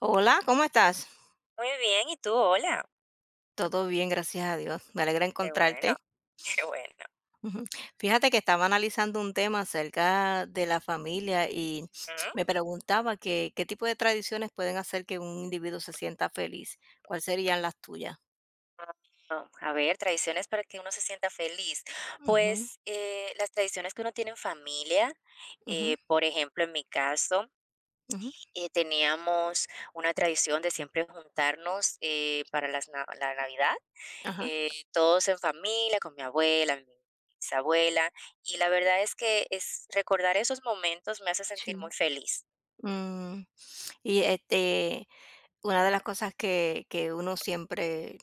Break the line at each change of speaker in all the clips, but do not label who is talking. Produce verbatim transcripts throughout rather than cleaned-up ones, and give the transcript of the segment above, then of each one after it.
Hola, ¿cómo estás?
Muy bien, ¿y tú? Hola.
Todo bien, gracias a Dios. Me alegra
Qué bueno,
encontrarte.
qué bueno.
Ujú. Fíjate que estaba analizando un tema acerca de la familia y
Ujú.
me preguntaba que, qué tipo de tradiciones pueden hacer que un individuo se sienta feliz. ¿Cuáles serían las tuyas?
Ah, a ver, tradiciones para que uno se sienta feliz.
Ujú,
Pues eh, las tradiciones que uno tiene en familia,
ujú,
eh, por ejemplo, en mi caso,
ujú.
eh, teníamos una tradición de siempre juntarnos eh, para las na- la Navidad,
Ajá,
eh, todos en familia, con mi abuela, mi bisabuela, y la verdad es que es recordar esos momentos me hace sentir muy
sí.
feliz.
Mm. Y este, una de las cosas que, que uno siempre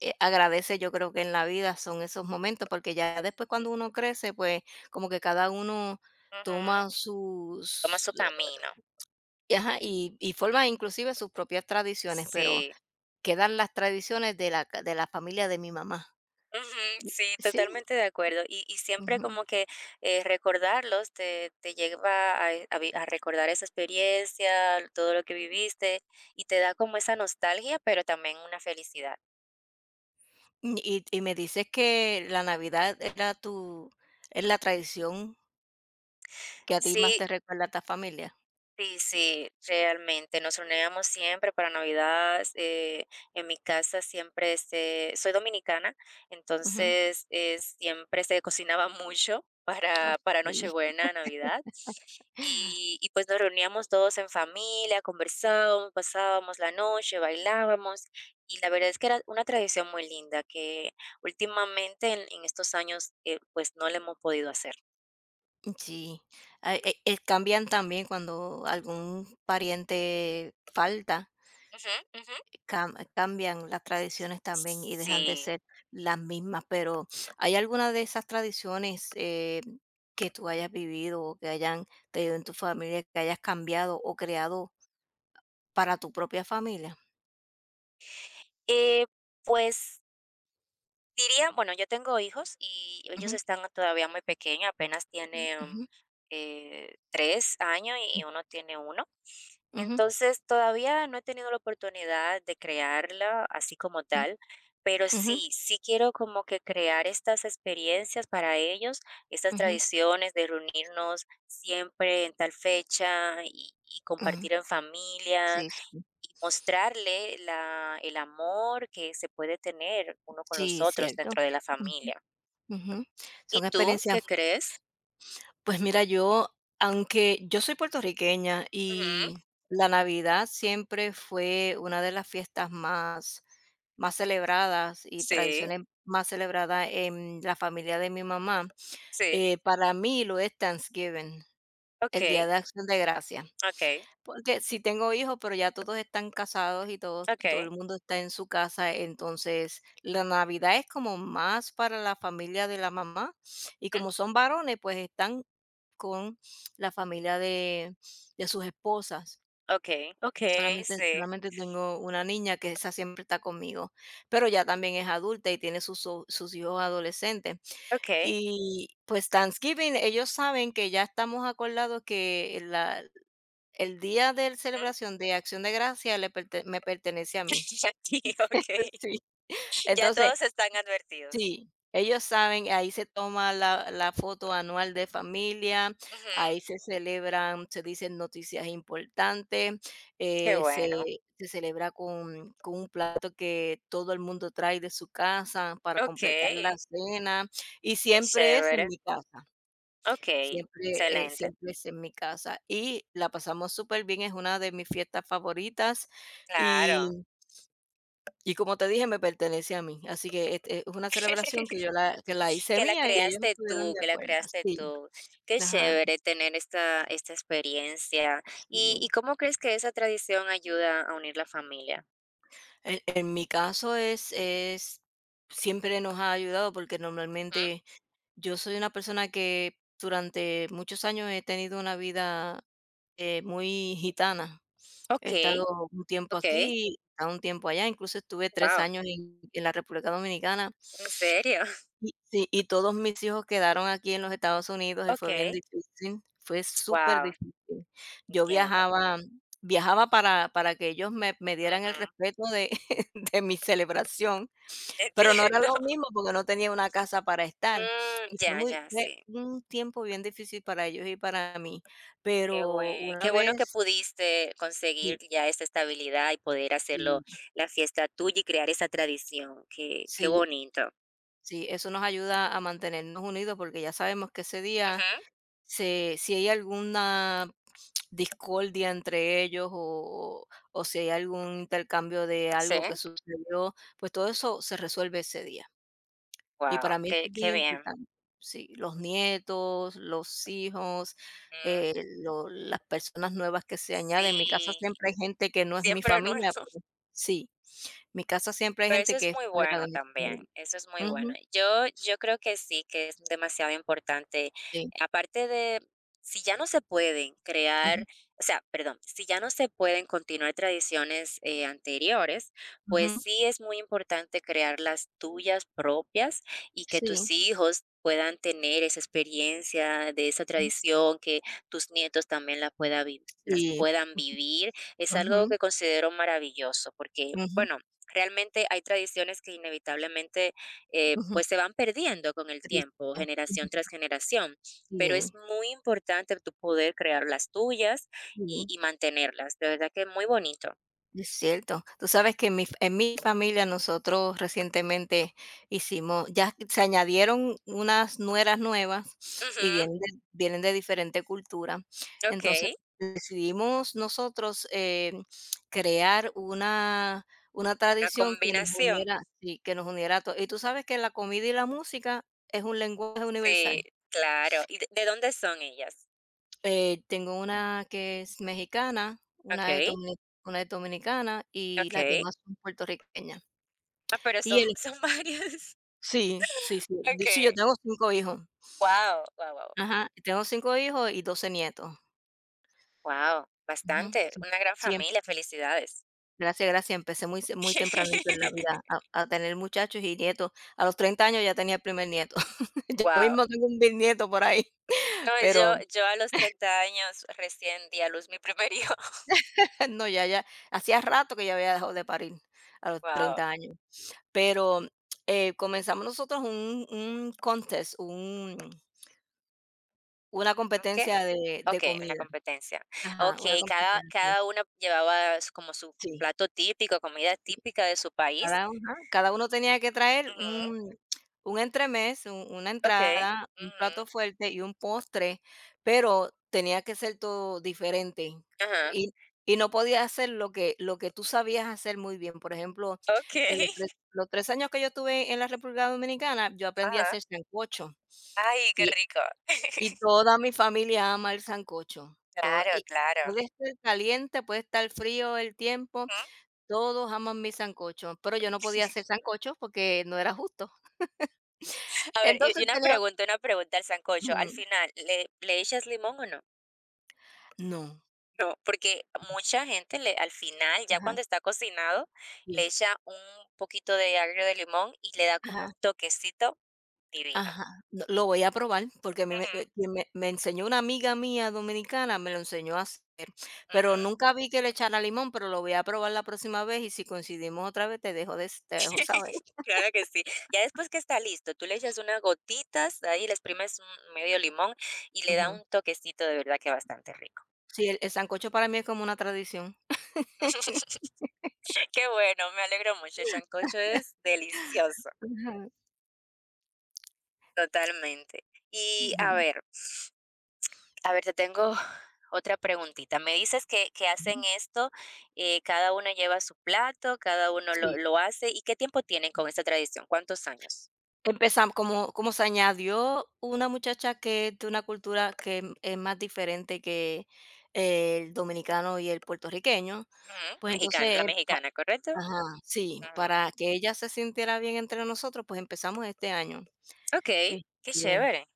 eh, agradece, yo creo que en la vida son esos momentos, porque ya después
Sí.
cuando uno crece, pues como que cada uno
Ujú.
toma
Toma su
sus,
camino.
y ajá, y, y forma inclusive sus propias tradiciones, pero
Sí,
quedan las tradiciones de la, ca- de la familia de mi mamá.
ujú, sí,
Sí.
totalmente de acuerdo. Y, y siempre
Ujú.
como que eh, recordarlos te, te lleva a, e- a vi- a recordar esa experiencia, todo lo que viviste y te da como esa nostalgia, pero también una felicidad.
Y, y me dices que la Navidad era tu, es la tradición que a ti más
Sí,
te recuerda a tu familia.
sí, sí, realmente nos reuníamos siempre para Navidad. eh, en mi casa siempre este, soy dominicana,
Ujú.
entonces eh, siempre se cocinaba mucho
Ah,
para, para
sí.
Nochebuena, Navidad. Y, y pues nos reuníamos todos en familia, conversábamos, pasábamos la noche, bailábamos. Y la verdad es que era una tradición muy linda que últimamente en, en estos años eh, pues no la hemos podido hacer.
Sí, ah, eh eh, cambian también cuando algún pariente falta,
Ujú, ujú.
cam cambian las tradiciones también y dejan de
Sí.
ser las mismas, pero ¿hay alguna de esas tradiciones, eh, que tú hayas vivido o que hayan tenido en tu familia, que hayas cambiado o creado para tu propia familia?
Eh, pues diría, bueno, yo tengo hijos y ellos
Ujú,
están todavía muy pequeños, apenas tienen
ujú,
eh, tres años y uno tiene uno.
ujú,
Entonces, todavía no he tenido la oportunidad de crearla así como
mm,
tal, pero
ujú,
sí, sí quiero como que crear estas experiencias para ellos, estas
ujú,
tradiciones de reunirnos siempre en tal fecha y, y
mm,
compartir en familia
sí, sí,
y mostrarle la el amor que se puede tener uno con los
sí,
otros
cierto,
dentro de la
mm,
familia.
ujú,
¿Y
son
tú qué
experiencias.
crees?
Pues mira, yo, aunque yo soy puertorriqueña
Ujú,
y la Navidad siempre fue una de las fiestas más, más celebradas y
sí,
tradiciones más celebradas en la familia de mi mamá,
sí,
eh, para mí lo es Thanksgiving, el Día
okey,
de Acción de Gracia.
okey,
Porque sí tengo hijos, pero ya todos están casados y todos, todo
okey,
el mundo está en su casa, entonces la Navidad es como más para la familia de la mamá y
ujú,
como son varones, pues están con la familia de de sus esposas.
okey, okey,
Solamente
sí,
solamente tengo una niña que esa siempre está conmigo, pero ya también es adulta y tiene sus o sus hijos adolescentes.
okey,
Y, pues, Thanksgiving, ellos saben que ya estamos acordados que la el día de
ujú.
celebración de Acción de Gracias le perte me pertenece a mí.
Ya, sí, okey.
Sí.
Ya
Entonces,
todos están advertidos.
sí, ellos saben, ahí se toma la la foto anual de familia,
Ujú,
ahí se celebran, se dicen noticias importantes,
qué
eh, se
bueno.
se celebra con con un plato que todo el mundo trae de su casa para completar la
Okey,
cena, y
qué
siempre es en
chévere.
mi casa,
Okey,
siempre, eh,
excelente.
siempre es en mi casa, y la pasamos súper bien. Es una de mis fiestas favoritas,
Claro.
y y como te dije, me pertenece a mí, así que es es una celebración que yo la que la hice
Que la
mía y ellos
creaste
estuvieron
tú,
de
que la
acuerdo,
creaste
sí,
tú. Qué
ajá,
chévere tener esta, esta experiencia. ¿Y, y
sí.
cómo crees que esa tradición ayuda a unir la familia?
En en mi caso es es siempre nos ha ayudado porque
Ujú.
normalmente yo soy una persona que durante muchos años he tenido una vida, eh, muy gitana. He
Ok,
estado un tiempo
ok,
aquí, he un tiempo allá, incluso estuve tres
wow,
años en en la República Dominicana.
en serio,
Y sí, y todos mis hijos quedaron aquí en los Estados Unidos y fue bien
ok,
difícil, fue súper
wow,
difícil. Yo
entiendo.
viajaba viajaba para para que ellos me me
Ujú,
dieran el respeto de de mi celebración, pero no era
entiendo.
lo mismo porque no tenía una casa para estar,
Mm,
y fue
ya,
muy
ya,
fue
sí.
un tiempo bien difícil para ellos y para mí,
Qué
pero
bueno,
una
qué bueno que
vez
pudiste conseguir
sí,
ya esa estabilidad y poder hacerlo
sí,
la fiesta tuya y crear esa tradición. Qué, qué
sí,
bonito.
sí, eso nos ayuda a mantenernos unidos porque ya sabemos que ese día
Ujú.
se si hay alguna discordia entre ellos o o si hay algún intercambio de
Sí.
algo que sucedió, pues todo eso se resuelve ese día. Y
Wow,
para mí eso
qué
es
qué
bien
bien.
importante. Sí, los nietos, los hijos,
Ujú.
eh, lo las personas nuevas que se añaden. En mi casa
Sí,
siempre hay gente que no es mi
siempre nuevo.
familia, pero sí, mi casa siempre hay
Pero eso
gente
es
que es
muy
fuera
bueno
de mi
también,
familia.
eso es muy bueno.
Ujú,
Yo yo creo que sí, que es demasiado importante,
sí,
aparte de si ya no se pueden crear,
ujú,
o sea, perdón, si ya no se pueden continuar tradiciones, eh, anteriores, pues
ujú,
sí es muy importante crear las tuyas propias y que tus
sí,
hijos puedan tener esa experiencia de esa
ujú,
tradición, que tus nietos también la pueda vi las
sí,
puedan vivir. Es algo
ujú,
que considero maravilloso porque,
ujú,
bueno, realmente hay tradiciones que inevitablemente, eh,
ujú.
pues, se van perdiendo con el
Triste.
tiempo,
Ujú.
generación tras generación, pero es
Sí,
muy importante tú poder crear las tuyas y
sí,
y mantenerlas, de verdad que es muy bonito.
es cierto. Tú sabes que en mi en mi familia nosotros recientemente hicimos ya se añadieron unas nueras nuevas y
Ujú,
vienen de vienen de diferente cultura. Entonces,
okey,
decidimos nosotros, eh, crear una una
la
tradición que nos
combinación.
uniera, sí, que nos uniera a todos. Y tú sabes que la comida y la música es un lenguaje
Sí,
universal.
claro, ¿y de de dónde son ellas?
Eh, tengo una que es mexicana, una es
Okey,
domini una es dominicana y las
okey.
demás son puertorriqueñas.
Ah, pero son
Y él
son varias.
sí, sí, sí, de- sí, yo
Okey.
tengo cinco hijos.
Wow. Wow, wow.
Ajá, tengo cinco hijos y doce nietos.
Wow.
Ujú,
Bastante,
sí,
una gran
sí, em-
familia, felicidades.
gracias, gracias. Empecé muy ce muy tempranito en la vida a a tener muchachos y nietos. A los treinta años ya tenía el primer nieto. Yo
Wow.
mismo tengo un bisnieto por ahí,
No,
pero
yo yo a los treinta años recién di a luz mi primer hijo.
no, ya ya hacía rato que ya había dejado de parir a los
Wow.
treinta años. Pero, eh, comenzamos nosotros un un contest, un una
¿Qué?
competencia de de
Okey, una
comida.
competencia.
Ajá, una
Okey, cada
competencia.
cada uno llevaba s como su
Sí,
plato típico, comida
sí.
típica de su país.
Cada uno, ajá, cada uno tenía que traer
Ujú,
un un entremés, un una
okey,
entrada, un
ujú,
plato fuerte y un postre, pero tenía que ser todo diferente.
ajá,
Y y no podía hacer lo que lo que tú sabías hacer muy bien. Por ejemplo, en
okey,
los tres los tres años que yo estuve en la República Dominicana, yo aprendí a
ajá.
hacer sancocho.
Ay, qué
Y
rico.
Y toda mi familia ama el sancocho. Toda
Claro,
y
claro,
puede estar caliente, puede estar frío el tiempo,
ujú.
todos aman mi sancocho, pero yo no podía hacer sancocho porque no era justo.
A ver, y y
Entonces
una
tenía
pregunta, una pregunta al sancocho, al
ujú.
final, ¿le le echas limón o no?
No,
No, porque mucha gente le, al final, ya
ajá,
cuando está cocinado, le
sí,
echa un poquito de agrio de limón y le da como
ajá,
un toquecito divino.
ajá. No, lo voy a probar porque a mí me
Ujú,
eh, quien me me enseñó una amiga mía dominicana, me lo enseñó a hacer,
ujú.
pero nunca vi que le echara limón, pero lo voy a probar la próxima vez y si coincidimos otra vez te dejo des te dejo saber.
Claro que sí. Ya después que está listo, tú le echas unas gotitas, ahí le exprimes un medio limón y le da
Ujú.
un toquecito de verdad que bastante rico.
Sí, el el sancocho para mí es como una tradición.
Qué bueno, me alegro mucho. El sancocho es delicioso,
Ajá.
totalmente. Y
Ujú,
a ver, A ver, te tengo otra preguntita. Me dices que, que hacen
ujú,
esto, eh, cada uno lleva su plato, cada uno lo,
sí.
lo hace. ¿Y qué tiempo tienen con esta tradición? ¿Cuántos años?
Empezamos como como se añadió una muchacha que es de una cultura que es es más diferente que el dominicano y el puertorriqueño,
Ujú,
pues
Mexicana,
entonces,
la
eh, pa
mexicana, ¿correcto?
ajá, sí,
Ujú.
para que ella se sintiera bien entre nosotros, pues empezamos este año.
Ok,
Eh,
qué
Bien,
chévere,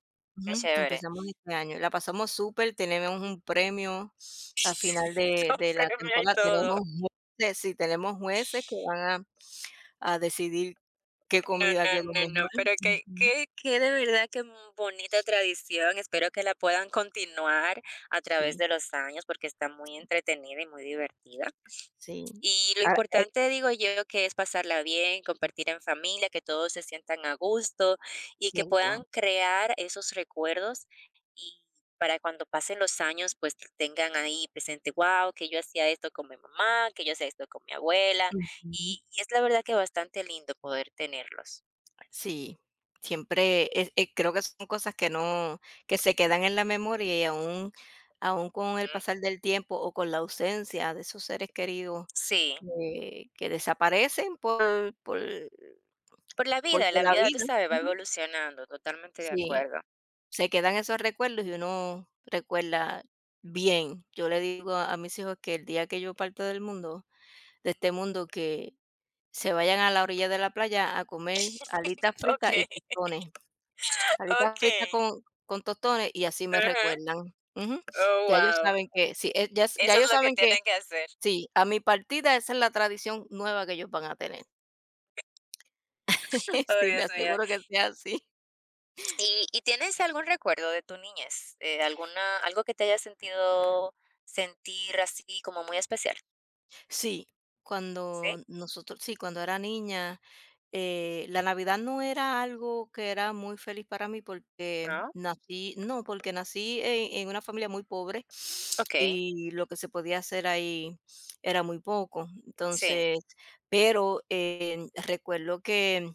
qué
ujú,
chévere.
empezamos este año. La pasamos súper, tenemos un premio al final de
Con
de la
premio y
temporada.
todo.
Tenemos jueces, sí, tenemos jueces que van a A decidir qué
No,
comida
no,
que es lo
no, no,
mejor.
pero que,
Ujú.
que, que, de verdad que mu- bonita tradición. Espero que la puedan continuar a través
Sí,
de los años porque está muy entretenida y muy divertida.
sí.
Y lo
Ahora, el
importante, digo yo, que es pasarla bien, compartir en familia, que todos se sientan a gusto y que
viento.
puedan crear esos recuerdos y para cuando pasen los años, pues que tengan ahí presente, wow, que yo hacía esto con mi mamá, que yo hacía esto con mi abuela.
Ujú.
Y, y es la verdad que bastante lindo poder tenerlos.
Sí, siempre es eh, creo que son cosas que no que se quedan en la memoria y aún aún con el
Ujú.
pasar del tiempo o con la ausencia de esos seres queridos
Sí,
que que desaparecen por por
por la
porque
vida, la
la
vida, tú
vida
sabes, va
ujú,
evolucionando, totalmente de
sí,
acuerdo.
se quedan esos recuerdos y uno recuerda bien. Yo le digo a a mis hijos que el día que yo parta del mundo de este mundo que se vayan a la orilla de la playa a comer alitas
Ok,
fritas y tostones, alitas
ok.
fritas con con tostones y así me
Ujú.
recuerdan. Ujú.
Oh,
Ya ellos
wow.
saben que sí, eh, ya s- ya
Eso es
ellos
lo que
saben que
tienen que hacer.
sí, a mi partida esa es la tradición nueva que ellos van a tener.
Oh,
Sí, me
Dios mío.
aseguro que sea así.
¿Y y tienes algún recuerdo de tu niñez? Eh, alguna algo que te haya sentido sentir así como muy especial,
Sí,
¿sí?
cuando nosotros sí, cuando era niña. Eh, la Navidad no era algo que era muy feliz para mí porque
¿No?
nací, no, porque nací en, en una familia muy pobre
Okey,
y lo que se podía hacer ahí era muy poco.
sí.
Entonces, pero eh, recuerdo que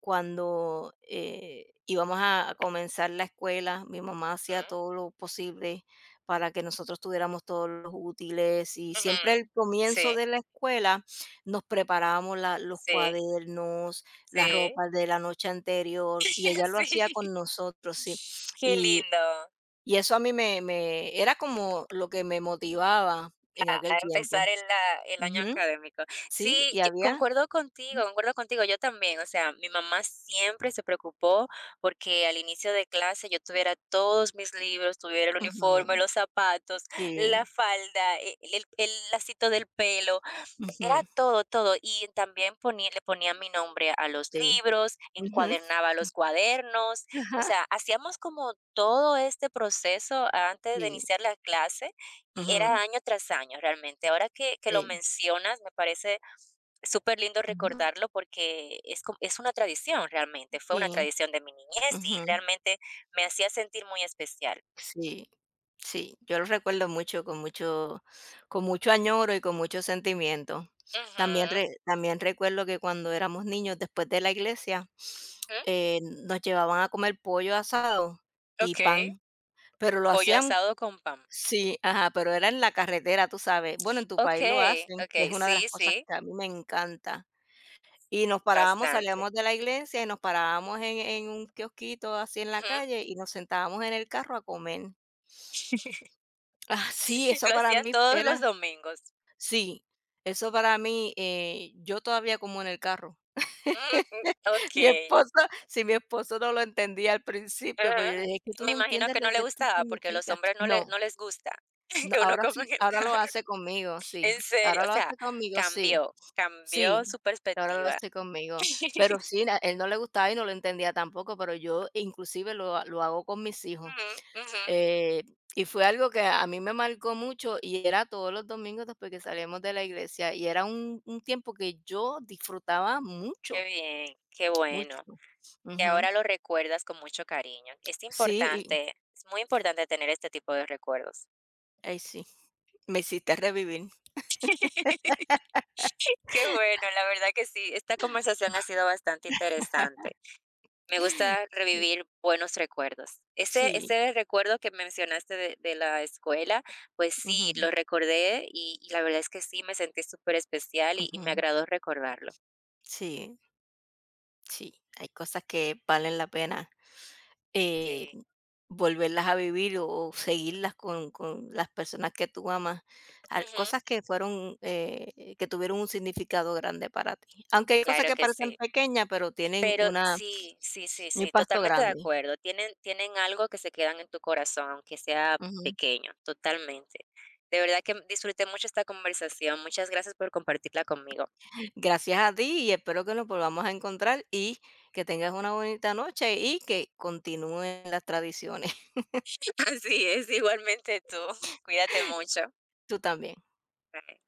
cuando, eh, íbamos a a comenzar la escuela, mi mamá hacía
Mm,
todo lo posible para que nosotros tuviéramos todos los útiles, y
ujú.
siempre al comienzo
Sí,
de la escuela nos preparábamos la los
sí,
cuadernos, las
sí,
ropas de la noche anterior, y ella lo hacía
sí.
con nosotros, sí.
Qué
Y
lindo.
y eso a mí me me era como lo que me motivaba en
a
aquel
a
tiempo.
empezar el a el año
Ujú,
académico.
sí,
Sí,
y
yo
había
concuerdo contigo, concuerdo contigo, yo también, o sea, mi mamá siempre se preocupó porque al inicio de clase yo tuviera todos mis libros, tuviera el uniforme,
ujú,
los zapatos, la
sí,
falda, e el el lacito del pelo, era
ujú,
todo, todo. Y también ponía le ponía mi nombre a los
sí,
libros,
ujú.
encuadernaba los cuadernos, o
Ajá,
sea, hacíamos como todo este proceso antes de
sí,
iniciar la clase, y
ujú,
era año tras año realmente. Ahora que que lo
sí,
mencionas, me parece súper lindo
ujú,
recordarlo porque es co es una tradición realmente, fue una
sí,
tradición de mi niñez y
ujú,
realmente me hacía sentir muy especial.
sí, sí, yo lo recuerdo mucho, con mucho con mucho añoro y con mucho sentimiento. También
Ujú,
re también recuerdo que cuando éramos niños, después de la iglesia,
ujú,
eh, nos llevaban a comer pollo asado y pan,
okey,
pero lo
pollo
hacían
asado con pan.
sí, ajá, pero era en la carretera, tú sabes. Bueno, en tu país lo
Okey,
hacen, que es
okey,
una de las
sí,
cosas
sí.
que a mí me encanta. Y nos parábamos,
Bastante.
salíamos de la iglesia y nos parábamos en en un kiosquito así en la
Ujú.
calle y nos sentábamos en el carro a comer. Ah, sí, eso
Lo
para
hacían
mí
todos los
era
domingos.
sí, eso para mí, eh, yo todavía como en el carro.
Mm, mm,
Mi
okey.
esposo si mi esposo no lo entendía al principio, pues
Ajá.
yo le dije: "Es que tú
Me
no
imagino
entiendes
que no
lo
le
que esto
gustaba, porque a los
significa".
hombres no le
No,
no les gusta
no,
que uno
ahora sí,
coma en el
ahora lo
carro.
hace conmigo, sí,
En serio,
ahora
o
lo
sea,
hace conmigo, sí.
cambió, cambió
Sí,
su
ahora lo
perspectiva.
hace conmigo. Pero sí, na él no le gustaba y no lo entendía tampoco, pero yo inclusive lo ha lo hago con mis hijos.
Ujú, ujú.
Eh, y fue algo que a mí me marcó mucho y era todos los domingos después que salíamos de la iglesia, y era un un tiempo que yo disfrutaba
Qué
mucho,
bien, qué bueno.
mucho.
Que
Ujú.
ahora lo recuerdas con mucho cariño. Es
Sí, y
importante, es muy importante tener este tipo de recuerdos.
ay, sí, me hiciste revivir.
Qué bueno, la verdad que sí. Esta conversación ha sido bastante interesante. Me gusta revivir buenos recuerdos. Ese,
Sí,
ese recuerdo que mencionaste de, de la escuela, pues sí,
ujú,
lo recordé y, y la verdad es que sí, me sentí súper especial y, y me
ujú,
agradó recordarlo.
sí. Sí, hay cosas que valen la pena, eh,
Sí.
volverlas a vivir o o seguirlas con con las personas que tú amas, al
Ujú,
cosas que fueron, eh, que tuvieron un significado grande para ti. Aunque hay cosas
claro
que
que
parecen
sí.
pequeñas, pero tienen
Pero
una
sí, sí, sí,
un
sí,
impacto
totalmente de
grande.
acuerdo. Tienen tienen algo que se quedan en tu corazón, aunque sea
Ujú.
pequeño, totalmente. De verdad que disfruté mucho esta conversación. Muchas gracias por compartirla conmigo.
Gracias a ti y espero que nos volvamos a encontrar y que tengas una bonita noche y que continúen las tradiciones.
Así es, igualmente tú. Cuídate mucho.
Tú también.
Bye.